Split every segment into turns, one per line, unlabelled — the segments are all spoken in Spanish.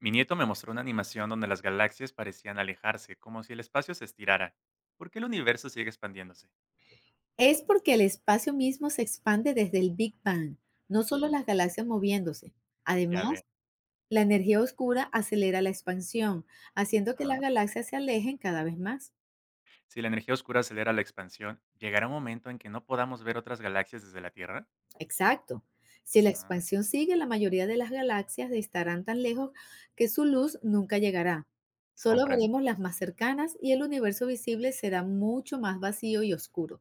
Mi nieto me mostró una animación donde las galaxias parecían alejarse, como si el espacio se estirara. ¿Por qué el universo sigue expandiéndose?
Es porque el espacio mismo se expande desde el Big Bang, no solo
Mm,
las galaxias moviéndose.
ya
Además,
veo.
la energía oscura acelera la expansión, haciendo que las
Ajá.
galaxias se alejen cada vez más.
Si la energía oscura acelera la expansión, ¿llegará un momento en que no podamos ver otras galaxias desde la Tierra?
Exacto. Si la
Ah,
expansión sigue, la mayoría de las galaxias estarán tan lejos que su luz nunca llegará. Solo
comprendo.
veremos las más cercanas y el universo visible será mucho más vacío y oscuro.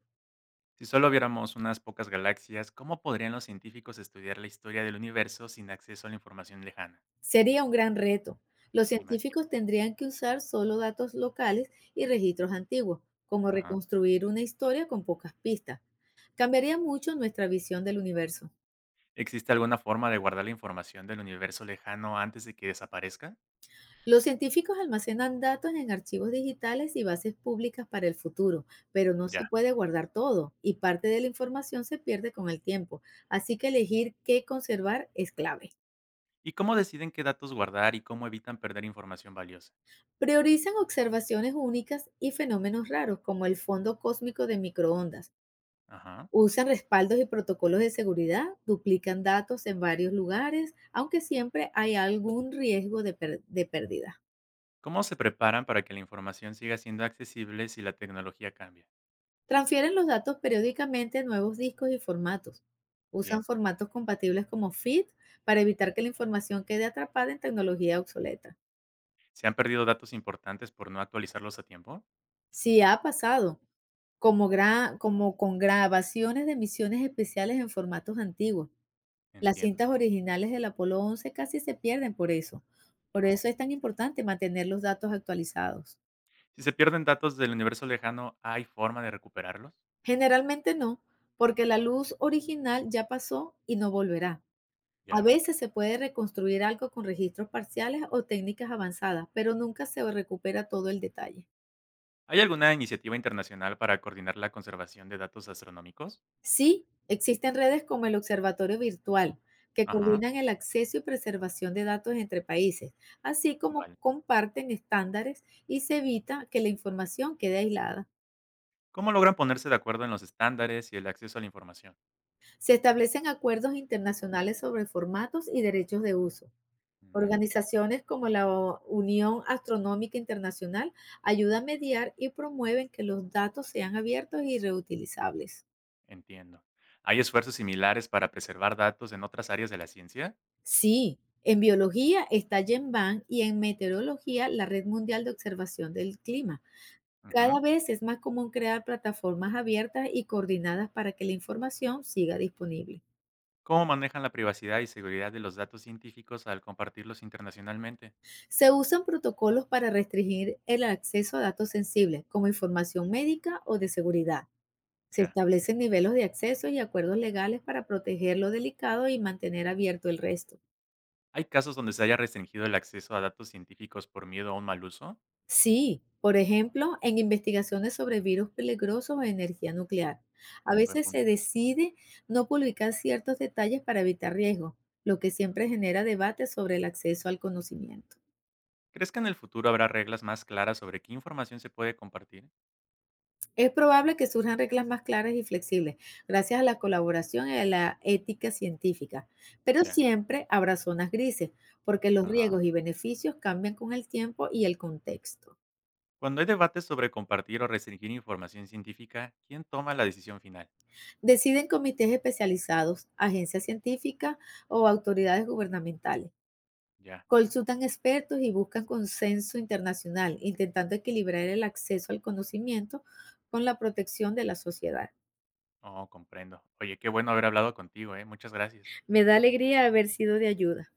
Si solo viéramos unas pocas galaxias, ¿cómo podrían los científicos estudiar la historia del universo sin acceso a la información lejana?
Sería un gran reto. Los
Me imagino.
científicos tendrían que usar solo datos locales y registros antiguos, como
Ajá.
reconstruir una historia con pocas pistas. Cambiaría mucho nuestra visión del universo.
¿Existe alguna forma de guardar la información del universo lejano antes de que desaparezca?
Los científicos almacenan datos en archivos digitales y bases públicas para el futuro, pero no
Ya.
se puede guardar todo y parte de la información se pierde con el tiempo, así que elegir qué conservar es clave.
¿Y cómo deciden qué datos guardar y cómo evitan perder información valiosa?
Priorizan observaciones únicas y fenómenos raros como el fondo cósmico de microondas.
Ajá.
Usan respaldos y protocolos de seguridad, duplican datos en varios lugares, aunque siempre hay algún riesgo de pérdida.
¿Cómo se preparan para que la información siga siendo accesible si la tecnología cambia?
Transfieren los datos periódicamente a nuevos discos y formatos. Usan
Bien.
formatos compatibles como FIT para
Mm.
evitar que la información quede atrapada en tecnología obsoleta.
¿Se han perdido datos importantes por no actualizarlos a tiempo?
Si ha pasado, como con grabaciones de misiones especiales en formatos antiguos. Las
Entiendo.
cintas originales del Apolo 11 casi se pierden por eso. Por
Oh.
eso es tan importante mantener los datos actualizados.
Si se pierden datos del universo lejano, ¿hay forma de recuperarlos?
Generalmente no, porque la luz original ya pasó y no volverá.
Ya
A
veo.
veces se puede reconstruir algo con registros parciales o técnicas avanzadas, pero nunca se recupera todo el detalle.
¿Hay alguna iniciativa internacional para coordinar la conservación de datos astronómicos?
Sí, existen redes como el Observatorio Virtual, que
Ajá.
coordinan el acceso y preservación de datos entre países, así como
Vale.
comparten estándares y se evita que la información quede aislada.
¿Cómo logran ponerse de acuerdo en los estándares y el acceso a la información?
Se establecen acuerdos internacionales sobre formatos y derechos de uso.
Ujú.
Organizaciones como la Unión Astronómica Internacional ayudan a mediar y promueven que los datos sean abiertos y reutilizables.
Entiendo. ¿Hay esfuerzos similares para preservar datos en otras áreas de la ciencia?
Sí, en biología está GenBank y en meteorología la Red Mundial de Observación del Clima. Cada
Ujú.
vez es más común crear plataformas abiertas y coordinadas para que la información siga disponible.
¿Cómo manejan la privacidad y seguridad de los datos científicos al compartirlos internacionalmente?
Se usan protocolos para restringir el acceso a datos sensibles, como información médica o de seguridad. Se
Ya.
establecen niveles de acceso y acuerdos legales para proteger lo delicado y mantener abierto el resto.
¿Hay casos donde se haya restringido el acceso a datos científicos por miedo a un mal uso?
Sí, por ejemplo, en investigaciones sobre virus peligrosos o energía nuclear. A
Mm, buen
veces se
punto.
decide no publicar ciertos detalles para evitar riesgos, lo que siempre genera debate sobre el acceso al conocimiento.
¿Crees que en el futuro habrá reglas más claras sobre qué información se puede compartir?
Es probable que surjan reglas más claras y flexibles, gracias a la colaboración y a la ética científica, pero
Ya.
siempre habrá zonas grises, porque los
Ajá.
riesgos y beneficios cambian con el tiempo y el contexto.
Cuando hay debates sobre compartir o restringir información científica, ¿quién toma la decisión final?
Deciden comités especializados, agencias científicas o autoridades gubernamentales.
Ya.
Consultan expertos y buscan consenso internacional, intentando equilibrar el acceso al conocimiento con la protección de la sociedad.
Oh, comprendo. Oye, qué bueno haber hablado contigo, ¿eh? Muchas gracias.
Me da alegría haber sido de ayuda.